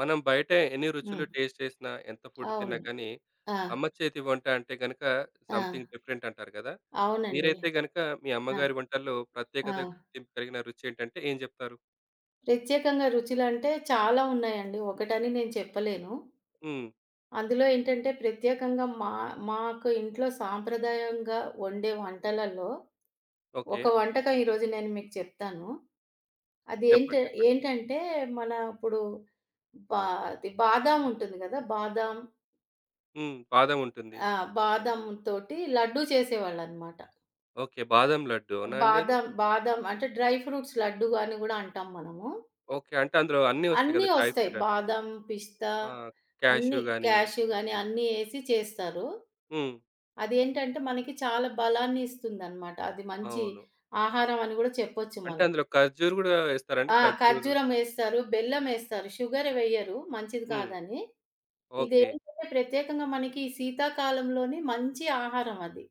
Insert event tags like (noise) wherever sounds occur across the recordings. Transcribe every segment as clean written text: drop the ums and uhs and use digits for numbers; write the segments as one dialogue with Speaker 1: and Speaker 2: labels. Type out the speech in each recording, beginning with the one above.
Speaker 1: మనం బయట ఎన్ని
Speaker 2: హ్మ్.
Speaker 1: రుచులు టేస్ట్ చేసినా, ఎంత ఫుడ్
Speaker 2: అవును.
Speaker 1: తిన్నా కానీ,
Speaker 2: ఆ!
Speaker 1: అమ్మ చేతి వంట అంటే గనక
Speaker 2: ఆ!
Speaker 1: సంథింగ్ డిఫరెంట్ అంటారు కదా!
Speaker 2: అవునండి.
Speaker 1: మీరైతే గనక మీ అమ్మగారి
Speaker 2: ఆ!
Speaker 1: వంటల్లో
Speaker 2: ఆ!
Speaker 1: ప్రత్యేకత గుర్తింపు కలిగిన రుచి ఏంటంటే ఏం చెప్తారు?
Speaker 2: ప్రత్యేకంగా రుచులంటే చాలా ఉన్నాయండి. ఒకటని నేను చెప్పలేను.
Speaker 1: హ్మ్.
Speaker 2: అందులో ఏంటంటే ప్రత్యేకంగా మా మాకు ఇంట్లో సాంప్రదాయంగా వండే వంటలలో
Speaker 1: ఓకే.
Speaker 2: ఒక వంటకం ఈరోజు నేను మీకు చెప్తాను. అది
Speaker 1: చెప్పండి. చెప్పండి.
Speaker 2: ఏంటంటే మన ఇప్పుడు బా అది బాదాం ఉంటుంది గదా! బాదాం
Speaker 1: హ్మ్. బాదం ఉంటుంది.
Speaker 2: ఆ! బాదాం తోటి లడ్డూ చేసేవాళ్ళనమాట.
Speaker 1: ఓకే. బాదం లడ్డు అవునా అండి అది?
Speaker 2: బాదం, బాదం అంటే డ్రై ఫ్రూట్స్ లడ్డు అని గూడా అంటాం మనము.
Speaker 1: ఓకే. అంటే అందులో అన్నీ వస్తాయి
Speaker 2: అన్నీ
Speaker 1: కదా! డ్రై
Speaker 2: ఒస్తాయి.
Speaker 1: ఫ్రూట్ అని.
Speaker 2: బాదం, పిస్తా
Speaker 1: ఆ! క్యాష్యూ
Speaker 2: అన్నీ
Speaker 1: గాని
Speaker 2: క్యాష్యూ గాని
Speaker 1: ఓకే.
Speaker 2: అన్నీ ఏసి చేస్తారు.
Speaker 1: హ్మ్.
Speaker 2: అదేంటంటే మనకి చాలా బలాన్ని ఇస్తుందనమాట. అది మంచి
Speaker 1: అవును.
Speaker 2: ఆహారం అని గూడా చెప్పొచ్చు
Speaker 1: అంటే
Speaker 2: మనం.
Speaker 1: అందులో ఖర్జూరు గూడా ఏస్తారండి?
Speaker 2: ఆ!
Speaker 1: ఖర్జూరు.
Speaker 2: ఖర్జూరం ఏస్తారు, బెల్లం ఏస్తారు. షుగర్ వెయ్యరు మంచిది
Speaker 1: హ్మ్.
Speaker 2: కాదని.
Speaker 1: ఓకే.
Speaker 2: ఇదేంటంటే ప్రత్యేకంగా మనకి ఈ శీతాకాలంలోని మంచి ఆహారం అది.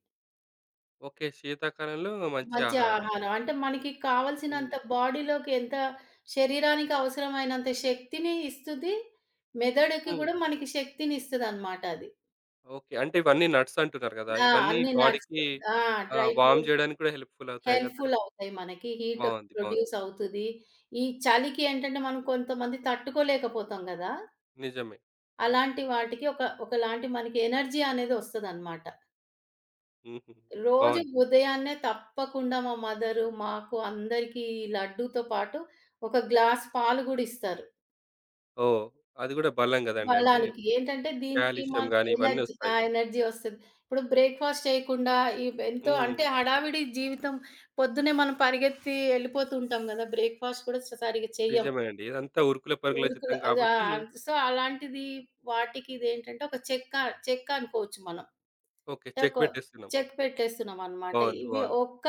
Speaker 1: ఓకే. శీతాకాలంలో మంచి
Speaker 2: మంచి
Speaker 1: ఆహారం.
Speaker 2: ఆహారం. అంటే మనకి కావాల్సినంత
Speaker 1: హ్మ్.
Speaker 2: బాడీలోకి శరీరానికి అవసరమైనంత శక్తిని ఇస్తది. మెదడుకి
Speaker 1: హ్మ్.
Speaker 2: గూడా మనకి శక్తిని ఇస్తదనమాట అది.
Speaker 1: ఓకే. అంటే ఇవన్నీ నట్స్ అంటున్నారు గదా!
Speaker 2: ఆ!
Speaker 1: ఇవన్నీ
Speaker 2: అన్ని నట్స్
Speaker 1: బాడీకి
Speaker 2: ఆ! డ్రై
Speaker 1: ఆహ్, వార్మ్
Speaker 2: ఫ్రూట్స్
Speaker 1: జేయడానికి కూడా హెల్ప్‌ఫుల్ అవుతాయి
Speaker 2: హెల్ప్‌ఫుల్
Speaker 1: గదండీ.
Speaker 2: అవుతాయి మనకి. హీట్
Speaker 1: బావుంది. బావుంది.
Speaker 2: ప్రొడ్యూస్ అవుతది. ఈ చలికి ఏంటంటే మనం కొంతమంది తట్టుకోలేకపోతాం గదా!
Speaker 1: నిజమే.
Speaker 2: అలాంటి వాటికి ఒకలాంటి మనకి ఎనర్జీ అనేది ఒస్తదనమాట.
Speaker 1: హుహు.
Speaker 2: రోజు
Speaker 1: బావుంది.
Speaker 2: ఉదయాన్నే తప్పకుండా మా మదరు, మాకు అందరికీ ఈ లడ్డూతో పాటు ఒక గ్లాస్ పాలు గూడా ఇస్తారు.
Speaker 1: ఓహ్! అది గూడా బలం గదండీ. అంటే
Speaker 2: బలానికి. ఏంటంటే దీనికి
Speaker 1: కాల్షియం
Speaker 2: మాకు
Speaker 1: గాని ఇవన్నీ
Speaker 2: ఎనర్జీ ఆ!
Speaker 1: ఒస్తాయి.
Speaker 2: ఎనర్జీ వస్తది. ఇప్పుడు బ్రేక్‌ఫాస్ట్ చేయకుండా ఎంతో
Speaker 1: హ్మ్.
Speaker 2: అంటే హడావిడి జీవితం పొద్దున్నే మనం పరిగెత్తి ఎళ్ళిపోతూ ఉంటాం గదా! బ్రేక్‌ఫాస్ట్ కూడా సరిగ్గా చెయ్యం.
Speaker 1: నిజమే అండి. ఇదంతా ఉరుకుల పరుగుల
Speaker 2: ఉరుకులు
Speaker 1: జీవితం
Speaker 2: అది
Speaker 1: కాబట్టి
Speaker 2: సో, అలాంటిది వాటికి ఇదేంటంటే ఒక చెక్క చెక్క అనుకోవచ్చు మనం.
Speaker 1: ఓకే.
Speaker 2: ఒక
Speaker 1: చెక్ బెట్టేస్తున్నాం.
Speaker 2: చెక్ పెట్టేస్తున్నామనమాట.
Speaker 1: బావుంది. బావుంది.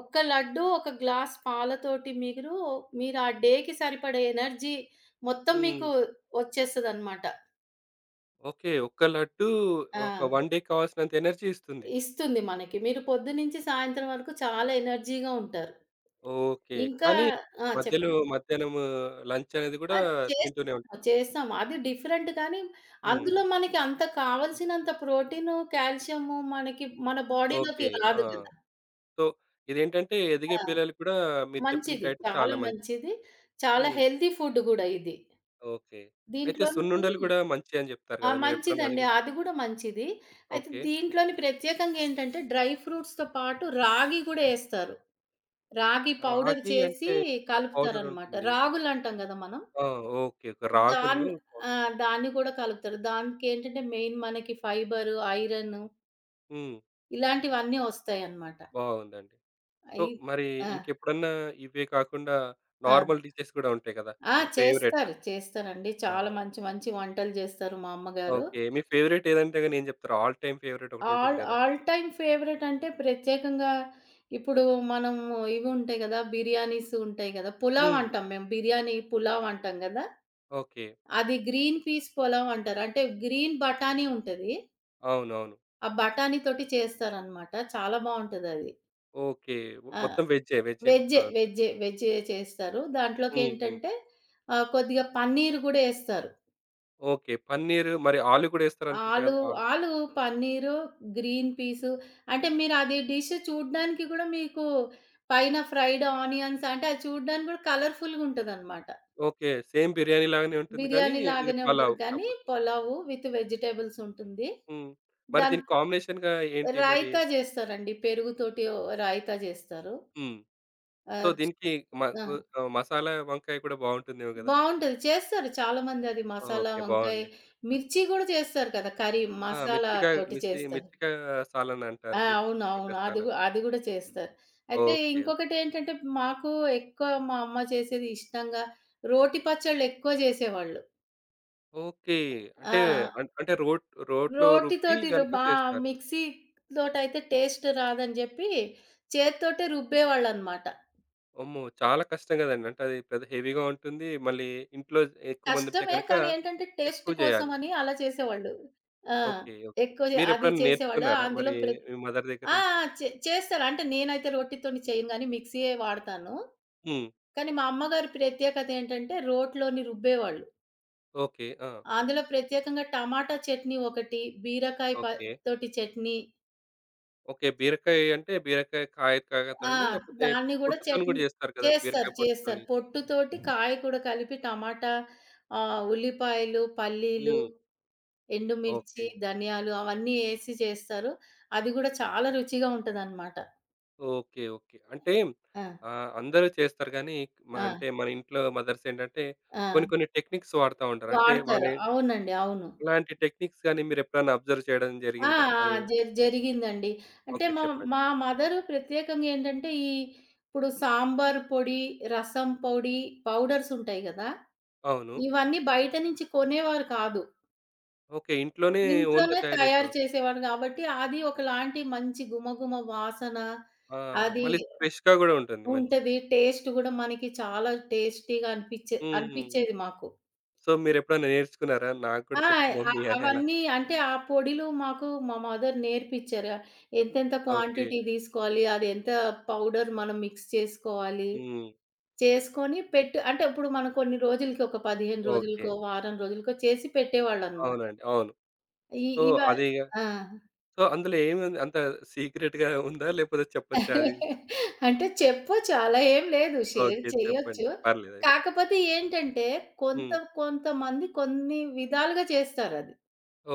Speaker 2: ఒక్క లడ్డు, ఒక గ్లాస్ పాలతోటి మీరు ఆ డేకి సరిపడే ఎనర్జీ మొత్తం
Speaker 1: హ్మ్.
Speaker 2: మీకు వచ్చేస్తదనమాట.
Speaker 1: ఓకే. ఒక్క లడ్డు
Speaker 2: ఆ!
Speaker 1: ఒక 1 డే కావాల్సినంత ఎనర్జీ ఇస్తుంది.
Speaker 2: ఇస్తుంది మనకి. మీరు పొద్దు నుంచి సాయంత్రం వరకు చాలా ఎనర్జీగా ఉంటారు.
Speaker 1: ఓకే.
Speaker 2: ఇంకా
Speaker 1: కానీ
Speaker 2: ఆ!
Speaker 1: మధ్యలో
Speaker 2: చెప్పండి.
Speaker 1: మధ్యాహ్నం లంచ్ అనేది
Speaker 2: ఆ!
Speaker 1: గూడా తింటూనే
Speaker 2: చేస్తాము,
Speaker 1: ఉంటారు.
Speaker 2: చేస్తాము. అది డిఫరెంట్ కానీ,
Speaker 1: హ్మ్.
Speaker 2: అందులో మనకి అంత కావాల్సినంత ప్రోటీను, కాల్షియము మనకి మన బాడీలోకి
Speaker 1: ఓకే. ఆ!
Speaker 2: రాదు కదా!
Speaker 1: సో, ఇదేంటంటే ఎదిగే
Speaker 2: ఆ!
Speaker 1: పిల్లలు కూడా మీరు చెప్పిన
Speaker 2: మంచిది.
Speaker 1: డైట్
Speaker 2: చాలా
Speaker 1: చాలా మంచిది.
Speaker 2: మంచిది. చాలా
Speaker 1: హ్మ్.
Speaker 2: హెల్తీ ఫుడ్ గూడా ఇది.
Speaker 1: ఓకే. అయితే సున్నుండలు
Speaker 2: దీంట్లోని
Speaker 1: కూడా మంచియి అని జెప్తారు
Speaker 2: ఆ!
Speaker 1: గదా! మీరెప్పుడన్నా అది
Speaker 2: మంచిదండి.
Speaker 1: గూడా
Speaker 2: అది గూడా మంచిది. అయితే
Speaker 1: ఓకే.
Speaker 2: దీంట్లోని ప్రత్యేకంగా ఏంటంటే డ్రై ఫ్రూట్స్‌తో పాటు రాగి గూడా ఏస్తారు. రాగి పౌడర్
Speaker 1: రాగి
Speaker 2: చేసి
Speaker 1: అంటే ఆ పౌడర్
Speaker 2: కలుపుతారనమాట.
Speaker 1: ఉంటుంది.
Speaker 2: రాగులంటాం గదా! మనం.
Speaker 1: ఆ! ఓకే. ఓకే.
Speaker 2: దాన్
Speaker 1: రాగులు పౌ
Speaker 2: ఆ! దాన్ని గూడా కలుపుతారు. దానికేంటంటే మెయిన్ మనకి ఫైబరు, ఐరను
Speaker 1: హ్మ్.
Speaker 2: ఇలాంటివన్నీ ఒస్తాయన్నమాట.
Speaker 1: బాగుందండి. సో,
Speaker 2: అయి
Speaker 1: మరి
Speaker 2: ఆ!
Speaker 1: ఇంకెప్పుడన్నా ఇవే కాకుండా
Speaker 2: ఆ!
Speaker 1: నార్మల్ డిషెస్ గూడా ఉంటాయి గదా!
Speaker 2: ఆ!
Speaker 1: మీ ఫేవరెట్‌గా.
Speaker 2: చేస్తారు. చేస్తారండి.
Speaker 1: ఆ!
Speaker 2: చాలా మంచి మంచి వంటలు జేస్తారు మా అమ్మగారు.
Speaker 1: ఓకే. మీ ఫేవరెట్ ఏదంటే గనుక ఏం జెప్తారు? ఆల్ టైమ్ ఫేవరెట్
Speaker 2: ఆల్
Speaker 1: ఒకటుంటుంది గదా!
Speaker 2: ఆల్ టైమ్ ఫేవరెట్ అంటే ప్రత్యేకంగా ఇప్పుడు మనము ఇవి ఉంటాయి గదా! బిర్యానీస్ ఉంటాయి గదా! పులావ్
Speaker 1: హ్మ్.
Speaker 2: అంటాం మేము. బిర్యానీ పులావ్ అంటాం గదా!
Speaker 1: ఓకే.
Speaker 2: అది గ్రీన్ పీస్ పులావ్ అంటారు. అంటే గ్రీన్ బఠానీ ఉంటది.
Speaker 1: అవునవును.
Speaker 2: ఆ బఠానీతోటి చేస్తారనమాట. చాలా బావుంటదది.
Speaker 1: ఓకే.
Speaker 2: ఆ!
Speaker 1: మొత్తం వెజ్జే. వెజ్జే మొత్తం
Speaker 2: వెజ్జే.
Speaker 1: అదంతా.
Speaker 2: వెజ్జే. వెజ్జే చేస్తారు.
Speaker 1: హ్మ్. హ్మ్.
Speaker 2: దాంట్లోకేంటంటే కొద్దిగా పన్నీర్ గూడా యేస్తారు.
Speaker 1: ఓకే. పన్నీరు మరి ఆలు కూడా ఏస్తారనుకుంటా
Speaker 2: ఆలు
Speaker 1: గదా! ఆలు.
Speaker 2: ఆలు, పన్నీరు, గ్రీన్ పీసు అంటే మీరది డిష్ చూడ్డానికి గూడా మీకు పైన ఫ్రైడ్ ఆనియన్స్ అంటే అది చూడ్డానికి గూడా కలర్‌ఫుల్‌గా ఉంటదనమాట.
Speaker 1: ఓకే. సేమ్ బిర్యానీ లాగానే ఉంటుంది కానీ,
Speaker 2: బిర్యానీ
Speaker 1: ఇది
Speaker 2: లాగానే ఉంటది
Speaker 1: పలావ్
Speaker 2: కానీ
Speaker 1: కాకపోతే.
Speaker 2: పులావు విత్ వెజిటబుల్స్ ఉంటుంది.
Speaker 1: హ్మ్. మరి
Speaker 2: దాన్
Speaker 1: దీనికి కాంబినేషన్‌గా ఏంటి మరి?
Speaker 2: రాయితా జేస్తారండి. పెరుగుతోటి ఓ రాయితా జేస్తారు.
Speaker 1: హ్మ్. సో,
Speaker 2: ఆహ్, చ్
Speaker 1: దీనికి మ
Speaker 2: ఆ!
Speaker 1: గు ఆహ్, మసాలా వంకాయ కూడా బావుంటుందేమో గదా!
Speaker 2: బావుంటది. చేస్తారు చాలామంది అది మసాలా
Speaker 1: ఓకే.
Speaker 2: వంకాయ,
Speaker 1: బావుంది.
Speaker 2: మిర్చి గూడా చేస్తారు కదా! కర్రీ
Speaker 1: ఆ!
Speaker 2: మసాలా
Speaker 1: మిర్చికాయ
Speaker 2: తోటి
Speaker 1: మిర్చి
Speaker 2: చేస్తారు.
Speaker 1: మిర్చికాయ సాలన్
Speaker 2: ఆ!
Speaker 1: అంటారు.
Speaker 2: అవునవును.
Speaker 1: మిర్చికాయ సాలన్.
Speaker 2: అది గూడా చేస్తారు. అయితే
Speaker 1: ఓకే. ఓకే.
Speaker 2: ఇంకొకటేంటంటే మాకు ఎక్కువ మా అమ్మ చేసేది ఇష్టంగా రోటి పచ్చళ్ళెక్కువ జేసేవాళ్ళు.
Speaker 1: ఓకే.
Speaker 2: ఆ!
Speaker 1: అంటే అం అంటే రోట్లో రుబ్బి
Speaker 2: రోటితోటి రు
Speaker 1: గనుక
Speaker 2: మా
Speaker 1: చేస్తారు.
Speaker 2: మిక్సీ‌తోటైతే టేస్ట్ రాదని జెప్పి చేత్తోటే రుబ్బేవాళ్ళనమాట.
Speaker 1: అమ్మో! చాలా కష్టం గదండీ. అంటే అది పెద్ద హెవీగా ఉంటుంది. మళ్ళీ ఇంట్లో ఎక్కువ మంది ఉంటే
Speaker 2: కష్టమే
Speaker 1: గనక
Speaker 2: కానీ ఏంటంటే టేస్ట్
Speaker 1: ఎక్కువ జేయాలి.
Speaker 2: కోసమని అలా చేసేవాళ్ళు. ఆ!
Speaker 1: ఓకే. ఓకే.
Speaker 2: ఎక్కువ అది
Speaker 1: మీరెప్పుడైనా
Speaker 2: చేసేవాళ్ళు.
Speaker 1: నేర్చుకున్నారా?
Speaker 2: అందులో
Speaker 1: మరి
Speaker 2: ప్ర
Speaker 1: మీ మదర్ దగ్గర
Speaker 2: ఆ! ఆ!
Speaker 1: నుంచి?
Speaker 2: చే చేస్తారు. అంటే నేనైతే రొట్టెతోని చేయను గానీ మిక్సీయే వాడతాను.
Speaker 1: హ్మ్.
Speaker 2: కానీ మా అమ్మగారి ప్రత్యేకత ఏంటంటే రోట్లోని రుబ్బేవాళ్ళు.
Speaker 1: ఓకే. ఆ!
Speaker 2: అందులో ప్రత్యేకంగా టమాటా చట్నీ ఒకటి, బీరకాయ
Speaker 1: ఓకే.
Speaker 2: తోటి చట్నీ
Speaker 1: ఓకే. బీరకాయ అంటే బీరకాయ కాయ
Speaker 2: ఆ!
Speaker 1: కాయతోండి లేకపోతే
Speaker 2: దాన్ని గూడా
Speaker 1: పొట్టుతోని గూడా
Speaker 2: చట్నీ
Speaker 1: జేస్తారు కదా!
Speaker 2: చేస్తారు.
Speaker 1: బీరకాయ
Speaker 2: చేస్తారు.
Speaker 1: పొట్టుతోని.
Speaker 2: పొట్టుతోటి కాయ కూడా కలిపి టమాటా ఉల్లిపాయలు, పల్లీలు,
Speaker 1: హ్మ్.
Speaker 2: ఎండుమిర్చి,
Speaker 1: ఓకే.
Speaker 2: ధనియాలు అవన్నీ ఏసి చేస్తారు. అది గూడా చాలా రుచిగా ఉంటదనమాట.
Speaker 1: ఓకే. ఓకే. అంటే
Speaker 2: ఆ!
Speaker 1: ఆహ్, అందరూ చేస్తారు గానీ మ
Speaker 2: ఆ!
Speaker 1: అంటే మన ఇంట్లో మదర్స్ ఏంటంటే
Speaker 2: ఆ!
Speaker 1: కొన్ని కొన్ని టెక్నిక్స్ వాడుతా ఉంటారు. అంటే
Speaker 2: వాడతారు.
Speaker 1: వాళ్ళే
Speaker 2: అవునండి. అవును.
Speaker 1: ఇలాంటి టెక్నిక్స్ గాని మీరెప్పుడన్నా అబ్జర్వ్ చేయడం
Speaker 2: ఆ!
Speaker 1: జరిగిందా?
Speaker 2: ఆ!
Speaker 1: అది
Speaker 2: జరిగిందండి. అంటే
Speaker 1: ఓకే.
Speaker 2: మా
Speaker 1: చెప్పండి.
Speaker 2: మా మదరు ప్రత్యేకంగా ఏంటంటే, ఇప్పుడు సాంబార్ పొడి, రసం పొడి, పౌడర్స్ ఉంటాయి గదా!
Speaker 1: అవును.
Speaker 2: ఇవన్నీ బయట నుంచి కొనేవారు కాదు.
Speaker 1: ఓకే. ఇంట్లోనే ఓన్‌గా
Speaker 2: ఇంట్లోనే
Speaker 1: తయారు
Speaker 2: తయారు
Speaker 1: చేసేవారు.
Speaker 2: చేసేవారు గాబట్టి, అది ఒకలాంటి మంచి గుమగుమ వాసన
Speaker 1: ఆ!
Speaker 2: అది
Speaker 1: మళ్ళీ ఫ్రెష్‌గా గూడా ఉంటుంది మంచిగా.
Speaker 2: ఉంటది. టేస్ట్ గూడా మనకి చాలా టేస్టీగా
Speaker 1: హ్మ్. హ్మ్.
Speaker 2: అనిపిచ్చేది మాకు.
Speaker 1: సో, మీరెప్పుడన్నా నేర్చుకున్నారా? నాకు
Speaker 2: ఆ!
Speaker 1: కూడా చెప్పు మమ్మీ అని అలా?
Speaker 2: అవన్నీ అంటే ఆ పొడిలు మాకు మా మదర్ నేర్పిచ్చారు. ఎంతెంత
Speaker 1: ఓకే.
Speaker 2: క్వాంటిటీ తీసుకోవాలి, అది ఎంత పౌడర్ మనం మిక్స్ చేసుకోవాలి,
Speaker 1: హ్మ్.
Speaker 2: చేసుకొని పెట్టి అంటే ఇప్పుడు మనం కొన్ని రోజులకి ఒక 15
Speaker 1: ఓకే.
Speaker 2: రోజులకో, వారం రోజులకో చేసి పెట్టేవాళ్ళనమాట.
Speaker 1: అవునండి. అవును.
Speaker 2: ఈ
Speaker 1: సో,
Speaker 2: ఇవ
Speaker 1: అది ఇగ
Speaker 2: ఆ!
Speaker 1: సో, అందులో ఏముంది? అంత సీక్రెట్‌గా ఉందా? లేకపోతే చెప్పొచ్చా అది విషయం?
Speaker 2: (laughs) అంటే చెప్పొచ్చు అలా ఏం లేదు. Share
Speaker 1: okay. చెప్పండి.
Speaker 2: చేయొచ్చు.
Speaker 1: పర్లేదయితే.
Speaker 2: కాకపోతే ఏంటంటే కొంత
Speaker 1: హ్మ్.
Speaker 2: కొంతమంది కొన్ని విధాలుగా చేస్తారది.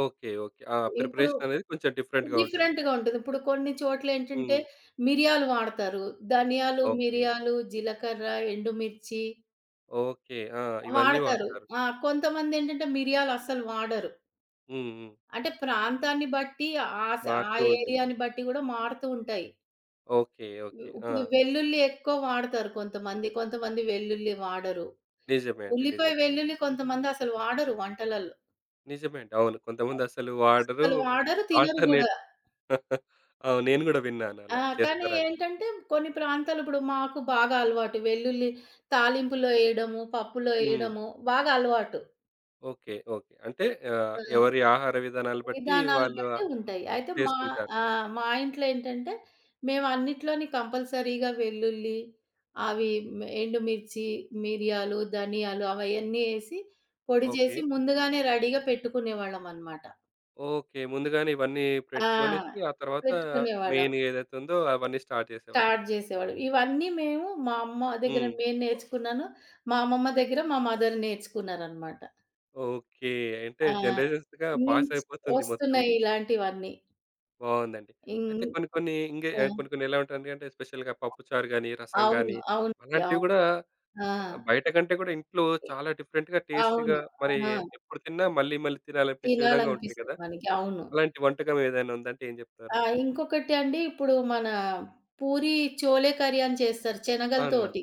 Speaker 1: ఓకే. ఓకే. ఆ!
Speaker 2: ఇప్పుడు
Speaker 1: ప్రిపరేషన్ అనేది కొంచెం డిఫరెంట్‌గా ఉంటుంది.
Speaker 2: డిఫరెంట్‌గా ఉంటది. ఇప్పుడు కొన్ని చోట్లేంటంటే
Speaker 1: హ్మ్.
Speaker 2: మిరియాలు వాడతారు. ధనియాలు,
Speaker 1: ఓకే.
Speaker 2: మిరియాలు, జీలకర్ర, ఎండుమిర్చి
Speaker 1: ఓకే. ఆ! ఇవన్నీ
Speaker 2: వాడతారు.
Speaker 1: వాడతారు.
Speaker 2: ఆ! కొంతమందేంటంటే మిరియాలు అస్సలు వాడరు.
Speaker 1: హ్మ్. హ్మ్.
Speaker 2: అంటే ప్రాంతాన్ని బట్టి ఆ
Speaker 1: మారుతూ ఉంటుంది.
Speaker 2: ఏరియాని బట్టి గూడా మారుతూ ఉంటాయి.
Speaker 1: ఓకే. ఓకే. ఆ!
Speaker 2: ఇప్పుడు వెల్లుల్లి ఎక్కువ వాడతారు కొంతమంది. కొంతమంది వెల్లుల్లి వాడరు.
Speaker 1: నిజమే అండి.
Speaker 2: ఉల్లిపాయ,
Speaker 1: నిజమే.
Speaker 2: వెల్లుల్లి కొంతమంది అసలు వాడరు వంటలల్లో.
Speaker 1: నిజమే అండి. అవును. కొంతమందసలు వాడరు.
Speaker 2: అస్సలు వాడరు, తినరు గూడా.
Speaker 1: ఆల్టర్‌నేట్ (laughs) అవును. నేను గూడా విన్నాను
Speaker 2: ఆ!
Speaker 1: అలా
Speaker 2: కానీ
Speaker 1: చేస్తారని.
Speaker 2: ఏంటంటే కొన్ని ప్రాంతాలు ఇప్పుడు మాకు బాగా అలవాటు. వెల్లుల్లి తాలింపులో ఎయడము, పప్పులో
Speaker 1: హ్మ్.
Speaker 2: ఎయడము బాగా అలవాటు.
Speaker 1: ఓకే. ఓకే. అంటే ఆహ్,
Speaker 2: ఆ!
Speaker 1: ఎవరి ఆహార విధానాలు బట్టి
Speaker 2: విధానాలు
Speaker 1: వాళ్ళు
Speaker 2: బట్టి ఉంటాయి. అయితే
Speaker 1: చేసుకుంటారు.
Speaker 2: మా ఇంట్లో ఏంటంటే మేము అన్నిట్లోని కంపల్సరీగా వెల్లుల్లి, అవి ఎండుమిర్చి, మిరియాలు, ధనియాలు అవన్నీ ఎసి పొడి
Speaker 1: ఓకే.
Speaker 2: చేసి ముందుగానే రెడీగా పెట్టుకునేవాళ్ళమనమాట.
Speaker 1: ఓకే. ముందుగానే ఇవన్నీ
Speaker 2: ఆ!
Speaker 1: పెట్టుకొనేసి ఆ తర్వాత
Speaker 2: పెట్టుకునేవాళ్ళం.
Speaker 1: మెయిన్ ఏదైతే ఉందో అవన్నీ స్టార్ట్ చేసేవాళ్ళు.
Speaker 2: స్టార్ట్ జేసేవాడు. ఇవన్నీ మేము మా అమ్మ దగ్గర
Speaker 1: హ్మ్.
Speaker 2: నేను నేర్చుకున్నాను. మా అమ్మమ్మ దగ్గర మా మదర్ నేర్చుకున్నారనమాట.
Speaker 1: ఓకే. అంటే
Speaker 2: ఆ!
Speaker 1: జనరేషన్స్‌గా పాస్
Speaker 2: నించ్
Speaker 1: అయిపోతుంది మొత్తం.
Speaker 2: వస్తున్నాయి ఇలాంటివన్నీ.
Speaker 1: బావుందండి.
Speaker 2: ఇం
Speaker 1: అయితే కొన్ని కొన్ని ఇంగే
Speaker 2: ఆ!
Speaker 1: ఆహ్, కొన్ని కొన్ని ఎలా ఉంటుంది అంటే స్పెషల్‌గా పప్పుచారు గాని, రసం
Speaker 2: అవును.
Speaker 1: గాని
Speaker 2: అవునండి.
Speaker 1: అలాంటివి
Speaker 2: అవును.
Speaker 1: గూడా
Speaker 2: ఆ!
Speaker 1: ఆహ్, బయట కంటే గూడా ఇంట్లో
Speaker 2: ఇ
Speaker 1: చాలా డిఫరెంట్‌గా,
Speaker 2: అవును.
Speaker 1: టేస్టీగా మరి
Speaker 2: ఆ!
Speaker 1: ఎప్పుడు తిన్నా మళ్ళీ మళ్ళీ తినాలనిపించే విధంగా ఉంటాయి
Speaker 2: తినాలనిపిస్తది
Speaker 1: కదా!
Speaker 2: మనకి. అవును.
Speaker 1: అలాంటి వంటకం ఏదైనా ఉందంటే ఏం జెప్తారు?
Speaker 2: ఆ! ఇంకొకటి అండి ఇప్పుడు మన పూరి చోలే కర్రీ అని చేస్తారు
Speaker 1: అవునండి.
Speaker 2: శనగలతోటి.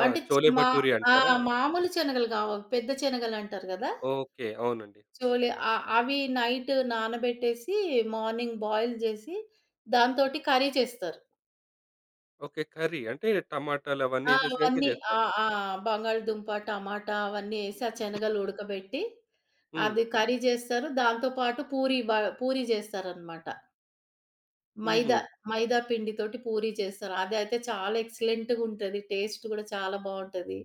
Speaker 1: ఆ!
Speaker 2: అంటే చి
Speaker 1: చోలే
Speaker 2: మా
Speaker 1: భటూరి
Speaker 2: ఆ!
Speaker 1: అంటారా?
Speaker 2: మామూలు శనగలు గావు పెద్ద శనగలంటారు గదా!
Speaker 1: ఓకే. అవునండి.
Speaker 2: చోలే అవి నైట్ నానబెట్టేసి, మార్నింగ్ బాయిల్ జేసి, దాంతోటి కర్రీ చేస్తారు.
Speaker 1: ఓకే. కర్రీ అంటే టమాటాలు అవన్నీ
Speaker 2: ఆ!
Speaker 1: ఏసేసి గనుక
Speaker 2: అవన్నీ ఆ!
Speaker 1: జేస్తారు.
Speaker 2: ఆ! బంగాళదుంప, టమాటా అవన్నీ యేసి, ఆ శనగలు ఉడకబెట్టి,
Speaker 1: హ్మ్.
Speaker 2: అది కర్రీ జేస్తారు. దాంతో పాటు పూరి జేస్తారనమాట. మైదా,
Speaker 1: హుహు.
Speaker 2: మైదా పిండితోటి పూరి చేస్తారు. అదైతే చాలా ఎక్సలెంట్‌గుంటది. టేస్ట్ గూడా చాలా బావుంటది.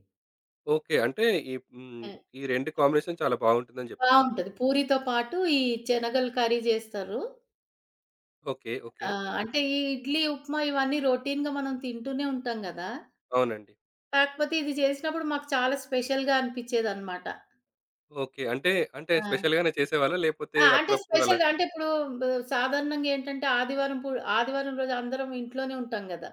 Speaker 1: ఓకే. అంటే ఈ హ్మ్.
Speaker 2: ఆ!
Speaker 1: ఈ 2 కాంబినేషన్ చాలా బావుంటుందని జెప్తున్నారు.
Speaker 2: బావుంటది. పూరితో పాటు ఈ శనగలు కర్రీ జేస్తారు.
Speaker 1: ఓకే. ఓకే.
Speaker 2: ఆ! అంటే ఈ ఇడ్లీ, ఉప్మా ఇవన్నీ రొటీన్‌గా మనం తింటూనే ఉంటాం గదా!
Speaker 1: అవునండి.
Speaker 2: కాకపోతే ఇది చేసినప్పుడు మాకు చాలా స్పెషల్‌గా అనిపిచ్చేదనమాట.
Speaker 1: ఓకే. అంటే, అంటే
Speaker 2: ఆ!
Speaker 1: స్పెషల్‌గానే చేసేవాళ్ళా? లేపోతే
Speaker 2: ఆ! అంటే
Speaker 1: అప్పుడప్పుడు అలా
Speaker 2: స్పెషల్‌గా అంటే ఇప్పుడు బ్ సాధారణంగా ఏంటంటే ఆదివారం రోజు అందరం ఇంట్లోనే ఉంటాం గదా!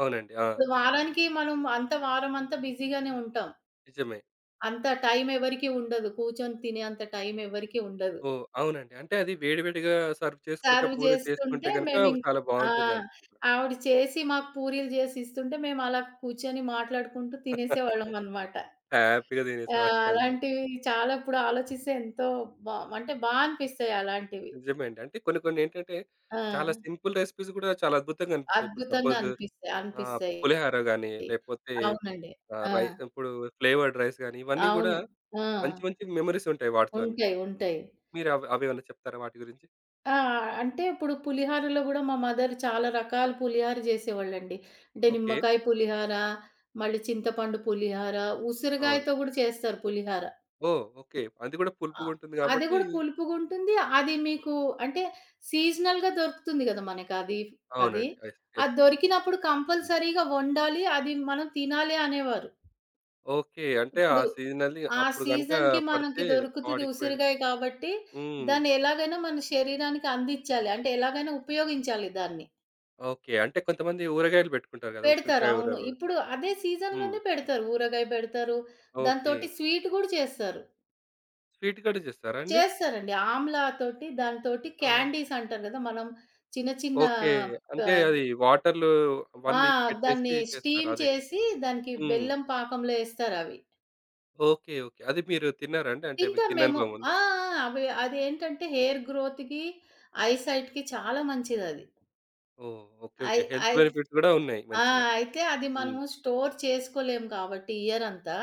Speaker 1: అవునండి. ఆ!
Speaker 2: ఇప్పుడు వారానికి మనం అంత వారం అంతా బిజీగానే ఉంటాం.
Speaker 1: నిజమే.
Speaker 2: అంత టైం ఎవరికీ ఉండదు. కూర్చొని తినే అంత టైం ఎవరికీ ఉండదు.
Speaker 1: ఓహ్! అవునండి. అంటే అది వేడి వేడిగా సర్వ్ చేసుకుంటే,
Speaker 2: సర్వ్
Speaker 1: పూరి
Speaker 2: చేస్తుంటే
Speaker 1: చేసుకుంటే గనక
Speaker 2: మేమింక
Speaker 1: చాలా
Speaker 2: ఆ!
Speaker 1: బావుంటుందంట.
Speaker 2: ఆవిడ చేసి మాకు పూరీలు చేసి ఇస్తుంటే మేము అలా కూర్చొని మాట్లాడుకుంటూ తినేసేవాళ్ళం అనమాట.
Speaker 1: హ్యాపీగా
Speaker 2: ఆ!
Speaker 1: తినేసేవాళ్ళనమాట.
Speaker 2: అలాంటివి చాలా ఇప్పుడు ఆలోచిస్తే ఎంతో బా అనిపిస్తాయి అలాంటివి.
Speaker 1: నిజమే అండి. అంటే కొన్ని కొన్ని ఏంటంటే,
Speaker 2: ఆ!
Speaker 1: చాలా సింపుల్ రెసిపీస్ గూడా చాలా అద్భుతంగా అనిపిస్తాయి. ఇప్పుడు
Speaker 2: అద్భుతంగా
Speaker 1: సపోజ్
Speaker 2: అనిపిస్తాయి.
Speaker 1: ఆహ్,
Speaker 2: అనిపిస్తాయి.
Speaker 1: పులిహోర గాని, లేపోతే
Speaker 2: అవునండి.
Speaker 1: ఆహ్,
Speaker 2: ఆ!
Speaker 1: రై ఇప్పుడు ఫ్లేవర్డ్ రైస్ గాని, ఇవన్నీ గూడా
Speaker 2: అవును. ఆ!
Speaker 1: మంచి మంచి మెమోరీస్ ఉంటాయి వాటితోని.
Speaker 2: ఉంటాయి. ఉంటాయి.
Speaker 1: మీరు అవి అవేమన్నా చెప్తారా వాటి గురించి?
Speaker 2: ఆ! అంటే ఇప్పుడు పులిహోరలో గూడా మా మదర్ చాలా రకాల పులిహోర జేసేవాళ్ళండి. అంటే
Speaker 1: ఓకే.
Speaker 2: నిమ్మకాయ పులిహోర, మళ్ళీ చింతపండు పులిహోర,
Speaker 1: అవును.
Speaker 2: ఉసిరిగాయతో గూడా చేస్తారు పులిహోర.
Speaker 1: ఓహ్! ఓకే. అది కూడా
Speaker 2: అ
Speaker 1: పులుపుగుంటుంది
Speaker 2: అది
Speaker 1: గాబట్టి
Speaker 2: గూడా పులుపుగుంటుంది. అది అంటే సీజనల్‌గా దొరుకుతుంది గదా! మనకది. అది.
Speaker 1: అవునండి. యెస్.
Speaker 2: అది
Speaker 1: యెస్.
Speaker 2: దొరికినప్పుడు కంపల్సరీగా వండాలి. అది మనం తినాలి అనేవారు.
Speaker 1: ఓకే. అంటే ఆ
Speaker 2: ఇప్పుడు
Speaker 1: సీజనల్లీ
Speaker 2: ఆ
Speaker 1: అప్పుడు గనుక
Speaker 2: సీజన్‌కి మనకి
Speaker 1: పడితే
Speaker 2: దొరుకుతది
Speaker 1: బాడీకి పెడి
Speaker 2: ఉసిరికాయ కాబట్టి
Speaker 1: హ్మ్.
Speaker 2: దాన్ని ఎలాగైనా మన శరీరానికి అందిచ్చాలి. అంటే ఎలాగైనా ఉపయోగించాలి దాన్ని.
Speaker 1: ఓకే. అంటే కొంతమంది ఊరగాయలు బెట్టుకుంటారు గదా!
Speaker 2: పెడతారు.
Speaker 1: ఉసిరికాయ ఊర
Speaker 2: అవును. ఇప్పుడు
Speaker 1: బెడతారు.
Speaker 2: అదే
Speaker 1: హ్మ్.
Speaker 2: సీజన్‌లోనే పెడతారు. ఊరగాయ పెడతారు.
Speaker 1: ఓకే.
Speaker 2: దాంతోటి స్వీట్ గూడా చేస్తారు.
Speaker 1: స్వీట్ కూడా చేస్తారా అండి?
Speaker 2: చేస్తారండి. ఆమ్లా తోటి దానితోటి
Speaker 1: ఆ!
Speaker 2: క్యాండీస్ అంటారు గదా! మనం చిన్న చిన్న
Speaker 1: ఓకే.
Speaker 2: ప
Speaker 1: అంటే
Speaker 2: ద
Speaker 1: అది వాటర్‌లో 1
Speaker 2: ఆ!
Speaker 1: వీక్ పెట్టేసి
Speaker 2: దాన్ని
Speaker 1: చేస్తారు.
Speaker 2: స్టీమ్
Speaker 1: అదే గదా!
Speaker 2: చేసి దానికి
Speaker 1: హ్మ్.
Speaker 2: బెల్లం పాకంలో ఏస్తారవి.
Speaker 1: ఓకే. ఓకే. అది మీరు తిన్నారా అండి? అంటే మీకు
Speaker 2: తింటాం
Speaker 1: తిన్న
Speaker 2: మేము.
Speaker 1: అనుభవం ఉంది.
Speaker 2: ఆ! ఆ! అవి అదేంటంటే హెయిర్ గ్రోత్‌కి, ఐ సైట్‌కి చాలా మంచిదది.
Speaker 1: ఓహ్! ఓకే.
Speaker 2: అయి
Speaker 1: ఓకే. హెల్త్
Speaker 2: అయి
Speaker 1: బెనిఫిట్స్ గూడా ఉన్నాయి
Speaker 2: ఆ!
Speaker 1: మంచిగా.
Speaker 2: అయితే అది
Speaker 1: హ్మ్.
Speaker 2: మనము స్టోర్ చేసుకోలేము కాబట్టి ఇయరంతా.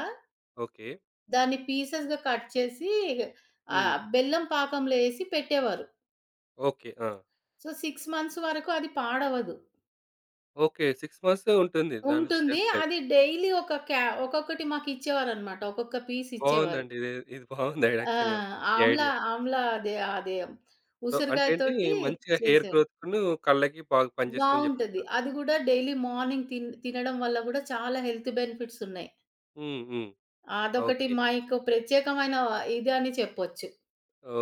Speaker 1: ఓకే.
Speaker 2: దాన్ని పీసెస్‌గా కట్ చేసి
Speaker 1: హ్మ్.
Speaker 2: బెల్లం పాకంలో ఏసి పెట్టేవారు.
Speaker 1: ఓకే. ఆ!
Speaker 2: సో, 6 మంత్స్ వరకు అది పాడవదు.
Speaker 1: ఓకే. 6 మంత్స్ ఉంటుంది. దాని
Speaker 2: ఉంటుంది.
Speaker 1: Shelf life.
Speaker 2: అది డైలీ ఒక క్యా ఒక్కొక్కటి మాకిచ్చేవారనమాట. ఒక్కొక్క పీస్ ఇచ్చేవారు.
Speaker 1: బావుందండి. ఇది ఇది బావుంది ఐడి
Speaker 2: ఆ!
Speaker 1: యాక్చువల్‌గా ఈ ఐడియా.
Speaker 2: ఆమ్లా అదే అదే
Speaker 1: సో, అంటే
Speaker 2: ఉసిరికాయ
Speaker 1: ఏంటి
Speaker 2: తోటి
Speaker 1: మంచిగా హెయిర్
Speaker 2: చేశారు.
Speaker 1: గ్రోత్‌కును, కళ్ళకి బాగా పనిచేస్తుందని
Speaker 2: బావుంటది.
Speaker 1: చెప్తున్నారు.
Speaker 2: అది గూడా డైలీ మార్నింగ్ తినడం వల్ల గూడా చాలా హెల్త్ బెనిఫిట్స్ ఉన్నాయి.
Speaker 1: హ్మ్. హ్మ్.
Speaker 2: అదొకటి
Speaker 1: ఓకే.
Speaker 2: మాకు ప్రత్యేకమైన ఇది అని చెప్పొచ్చు.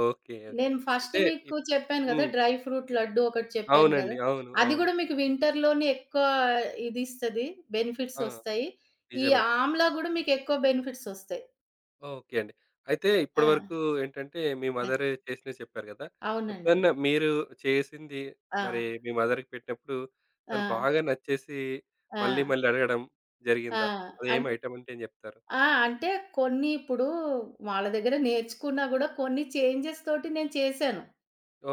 Speaker 1: ఓకే. ఓకే.
Speaker 2: నేను ఫస్ట్
Speaker 1: అయితే
Speaker 2: మీకు
Speaker 1: ఇప్
Speaker 2: చెప్పాను గదా!
Speaker 1: హ్మ్.
Speaker 2: డ్రై ఫ్రూట్ లడ్డు ఒకటి చెప్పాను గదా!
Speaker 1: అవునండి. అవును.
Speaker 2: అది
Speaker 1: అవును.
Speaker 2: గూడా మీకు వింటర్‌లోనే ఎక్కువ ఇదిస్తది. బెనిఫిట్స్
Speaker 1: ఆ!
Speaker 2: ఒస్తాయి. ఈ
Speaker 1: నిజమే.
Speaker 2: ఆమ్లా గూడా మీకు ఎక్కువ బెనిఫిట్స్ ఒస్తాయి.
Speaker 1: ఓకే అండి. అయితే
Speaker 2: ఆ!
Speaker 1: ఇప్పటి వరకు ఏంటంటే మీ
Speaker 2: ఆ!
Speaker 1: మదర్ చేసినవి చెప్పారు కదా!
Speaker 2: అవునండి.
Speaker 1: ఎప్పుడన్నా మీరు చేసింది
Speaker 2: ఆ!
Speaker 1: మరి మీ మదర్‌కి పెట్టినప్పుడు
Speaker 2: ఆ!
Speaker 1: తను బాగా నచ్చేసి
Speaker 2: ఆ!
Speaker 1: మళ్ళీ మళ్ళీ అడగడం
Speaker 2: ఆ!
Speaker 1: జరిగిందా?
Speaker 2: అన్
Speaker 1: అదేం ఐటమ్ అంటే ఏం చెప్తారు?
Speaker 2: ఆ! అంటే కొన్ని ఇప్పుడు వాళ్ళ దగ్గర నేర్చుకున్నా గూడా కొన్ని చేంజెస్ తోటి నేను చేశాను.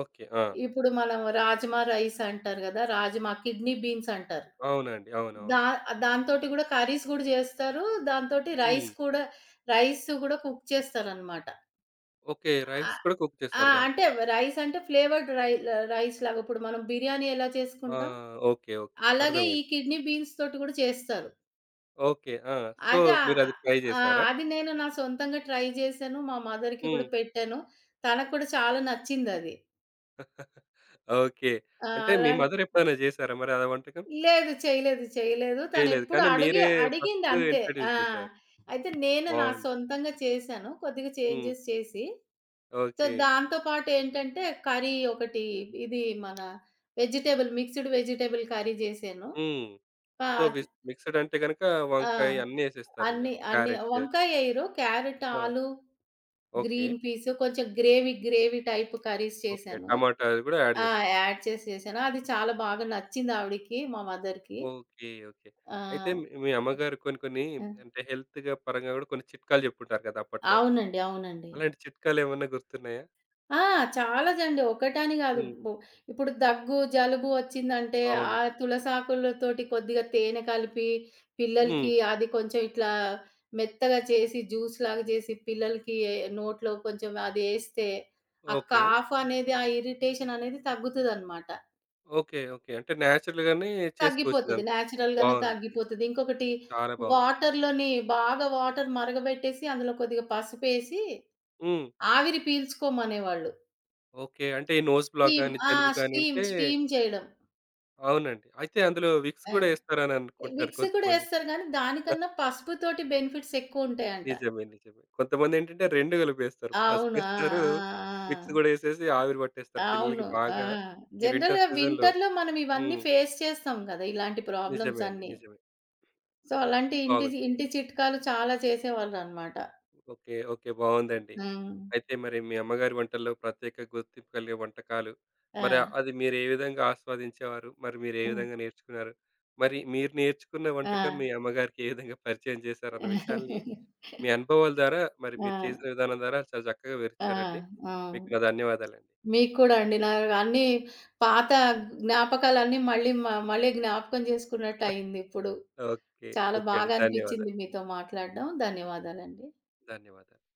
Speaker 1: ఓకే. ఆ!
Speaker 2: ఇప్పుడు మనం రాజ్మా రైస్ అంటారు గదా! రాజ్మా, కిడ్నీ బీన్స్ అంటారు.
Speaker 1: అవునండి.
Speaker 2: దా
Speaker 1: అవునవును.
Speaker 2: దాంతోటి గూడా కర్రీస్ గూడా జేస్తారు. దాంతోటి
Speaker 1: హ్మ్.
Speaker 2: రైస్ గూడా కుక్ చేస్తారనమాట.
Speaker 1: ఓకే. రైస్
Speaker 2: ఆహ్,
Speaker 1: కూడా కుక్
Speaker 2: ఆ!
Speaker 1: చేస్తారు దాంతో.
Speaker 2: అంటే రైస్ అంటే ఫ్లేవర్డ్ రైస్‌లాగా ఇప్పుడు మనం బిర్యానీ ఎలా
Speaker 1: ఆ!
Speaker 2: చేసుకుంటాం?
Speaker 1: ఓకే. ఓకే.
Speaker 2: అలాగే ఈ
Speaker 1: అర్థమైంది.
Speaker 2: కిడ్నీ బీన్స్ తోటి గూడా చేస్తారు.
Speaker 1: ఓకే. ఆ! సో,
Speaker 2: అయితే ఆహ్,
Speaker 1: మీరది ట్రై
Speaker 2: ఆ!
Speaker 1: చేసారా?
Speaker 2: అది నేను నా సొంతంగా ట్రై జేశాను. మా మదర్‌కి గూడా
Speaker 1: హ్మ్.
Speaker 2: పెట్టాను. తనకు కూడా చాలా నచ్చిందది.
Speaker 1: ఓకే.
Speaker 2: ఆ!
Speaker 1: అంటే మీ మదర్ ఎప్పుడైనా చేసారా మరి ఆ వంటకం?
Speaker 2: లేదు. చేయలేదు. చేయలేదు.
Speaker 1: చేయలేదు.
Speaker 2: తనెప్పుడు
Speaker 1: కానీ మీరే ఫస్ట్
Speaker 2: అడిగిందంతే. ఆ!
Speaker 1: ఇంట్రొడ్యూస్ చేసారు.
Speaker 2: అయితే నేను నా
Speaker 1: బాగుంది.
Speaker 2: సొంతంగా చేశాను. కొద్దిగా
Speaker 1: హ్మ్.
Speaker 2: చేంజెస్ చేసి. So,
Speaker 1: okay.
Speaker 2: దాంతో పాటు ఏంటంటే కర్రీ ఒకటి ఇది మన మిక్స్డ్ వెజిటబుల్ కర్రీ జేశాను.
Speaker 1: హ్మ్.
Speaker 2: ఆ!
Speaker 1: సో, విస్ మిక్స్‌డ్ అంటే గనుక
Speaker 2: ఆ!
Speaker 1: వంకాయ అన్నీ ఎసేస్తారింక.
Speaker 2: అన్ని అన్ని
Speaker 1: క్యారెట్.
Speaker 2: వంకాయేయరు. క్యారట్,
Speaker 1: ఆ!
Speaker 2: ఆలు
Speaker 1: ఓకే.
Speaker 2: గ్రీన్ పీసు కొంచెం గ్రేవీ టైప్ కర్రీస్
Speaker 1: ఓకే.
Speaker 2: చేశాను.
Speaker 1: టమాటాలు కూడా యాడ్
Speaker 2: ఆ!
Speaker 1: చేస్తారు.
Speaker 2: యాడ్ చేసి చేశాను. అది చాలా బాగా నచ్చింది ఆవిడకి, మా మదర్‌కి.
Speaker 1: ఓకే. ఓకే.
Speaker 2: ఆ!
Speaker 1: అయితే మీ మీ అమ్మగారు కొన్ని కొన్ని
Speaker 2: హ్మ్.
Speaker 1: అంటే హెల్త్‌గా పరంగా గూడా కొన్ని చిట్కాలు జెప్పుంటారు గదా! అప్పట్లో.
Speaker 2: అవునండి. అవునండి.
Speaker 1: అలాంటి చిట్కాలేమన్నా గుర్తున్నాయా?
Speaker 2: ఆ! చాలా జండి. ఒకటని గాదు.
Speaker 1: హ్మ్.
Speaker 2: ఇప్పుడు దగ్గు, జలుబు వచ్చిందంటే, ఆ
Speaker 1: అవును.
Speaker 2: తులసాకులతోటి కొద్దిగా తేనె కలిపి,
Speaker 1: హ్మ్.
Speaker 2: పిల్లలకి అది కొంచెం ఇట్లా మెత్తగా చేసి, జ్యూస్‌లాగా చేసి, పిల్లలకి నోట్లో కొంచెం అదేస్తే, ఆ
Speaker 1: ఓకే.
Speaker 2: కాఫ్ అనేది, ఆ ఇరిటేషన్ అనేది తగ్గుతదనమాట.
Speaker 1: ఓకే. ఓకే. అంటే నేచురల్‌గానే చేసుకోవచ్చు
Speaker 2: తగ్గిపోతది.
Speaker 1: ఇదంతా.
Speaker 2: నేచురల్‌గానే
Speaker 1: బావుంది.
Speaker 2: తగ్గిపోతది. ఇంకొకటి
Speaker 1: చాలా బావుంది.
Speaker 2: వాటర్‌లోని బాగా వాటర్ మరగబెట్టేసి, అందులో కొద్దిగా పసుపేసి,
Speaker 1: హ్మ్.
Speaker 2: ఆవిరి పీల్చుకోమనేవాళ్ళు.
Speaker 1: ఓకే. అంటే ఈ నోస్ బ్లాక్
Speaker 2: స్టీమ్
Speaker 1: గాని,
Speaker 2: ఆ!
Speaker 1: జలుబు గాని ఉంటే
Speaker 2: స్టీమ్ చేయడం.
Speaker 1: అవునండి. అయితే అందులో విక్స్
Speaker 2: ఆ!
Speaker 1: గూడా యేస్తారని అనుకుంటారు
Speaker 2: మిక్సీ కూడా
Speaker 1: కొంతమంది.
Speaker 2: ఏస్తారు గానీ, దానికన్నా పసుపుతోటి బెనిఫిట్స్ ఎక్కువుంటాయంట.
Speaker 1: నిజమే. నిజమే. కొంతమందేంటంటే 2 కలిపేస్తారు.
Speaker 2: అవును. ఆ!
Speaker 1: పసుపేస్తారు,
Speaker 2: ఆ!
Speaker 1: మిక్స్
Speaker 2: ఆ!
Speaker 1: గూడా ఏసేసి ఆవిరి
Speaker 2: ఆ!
Speaker 1: పట్టేస్తారు.
Speaker 2: అవును.
Speaker 1: పిల్లలకి
Speaker 2: ఆ!
Speaker 1: బాగా ఈ
Speaker 2: జనరల్‌గా
Speaker 1: వింటర్ సీజన్‌లో
Speaker 2: వింటర్‌లో మనం ఇవన్నీ
Speaker 1: హ్మ్.
Speaker 2: ఫేస్ చేస్తాం గదా! ఇలాంటి ప్రాబ్లమ్స్
Speaker 1: నిజమే అండి.
Speaker 2: అన్నీ.
Speaker 1: నిజమే.
Speaker 2: సో, అలాంటి ఇంటి
Speaker 1: బాగుంది.
Speaker 2: ఇంటి చిట్కాలు చాలా చేసేవాళ్ళనమాట.
Speaker 1: ఓకే. ఓకే. బావుందండి.
Speaker 2: హ్మ్.
Speaker 1: అయితే మరి మీ అమ్మగారి వంటల్లో ప్రత్యేక గుర్తింపు కలిగే వంటకాలు,
Speaker 2: ఆ!
Speaker 1: మరి అది మీరు ఏ విధంగా ఆస్వాదించేవారు? మరి మీరు ఏ
Speaker 2: హ్మ్.
Speaker 1: విధంగా నేర్చుకున్నారు? మరి మీరు నేర్చుకున్న
Speaker 2: ఆ!
Speaker 1: వంటకం మీ అమ్మగారికి ఏ విధంగా పరిచయం చేశారన్న విషయాల్ని మీ
Speaker 2: (laughs)
Speaker 1: అనుభవాల ద్వారా, మరి
Speaker 2: ఆ!
Speaker 1: మీరు చేసిన విధానం ద్వారా చాలా చక్కగా
Speaker 2: ఆ!
Speaker 1: వివరిచ్చారండి.
Speaker 2: ఆ!
Speaker 1: మీకు నా ధన్యవాదాలండి.
Speaker 2: మీకు కూడా అండి. నా అన్నీ పాత జ్ఞాపకాలన్నీ మళ్ళీ మళ్ళీ జ్ఞాపకం చేసుకున్నట్టయిందిప్పుడు.
Speaker 1: ఓకే.
Speaker 2: చాలా
Speaker 1: ఓకే అండి.
Speaker 2: బాగా
Speaker 1: ధన్యవాదాలు.
Speaker 2: అనిపిచ్చింది మీతో మాట్లాడడం. ధన్యవాదాలండి.
Speaker 1: ధన్యవాదాలు.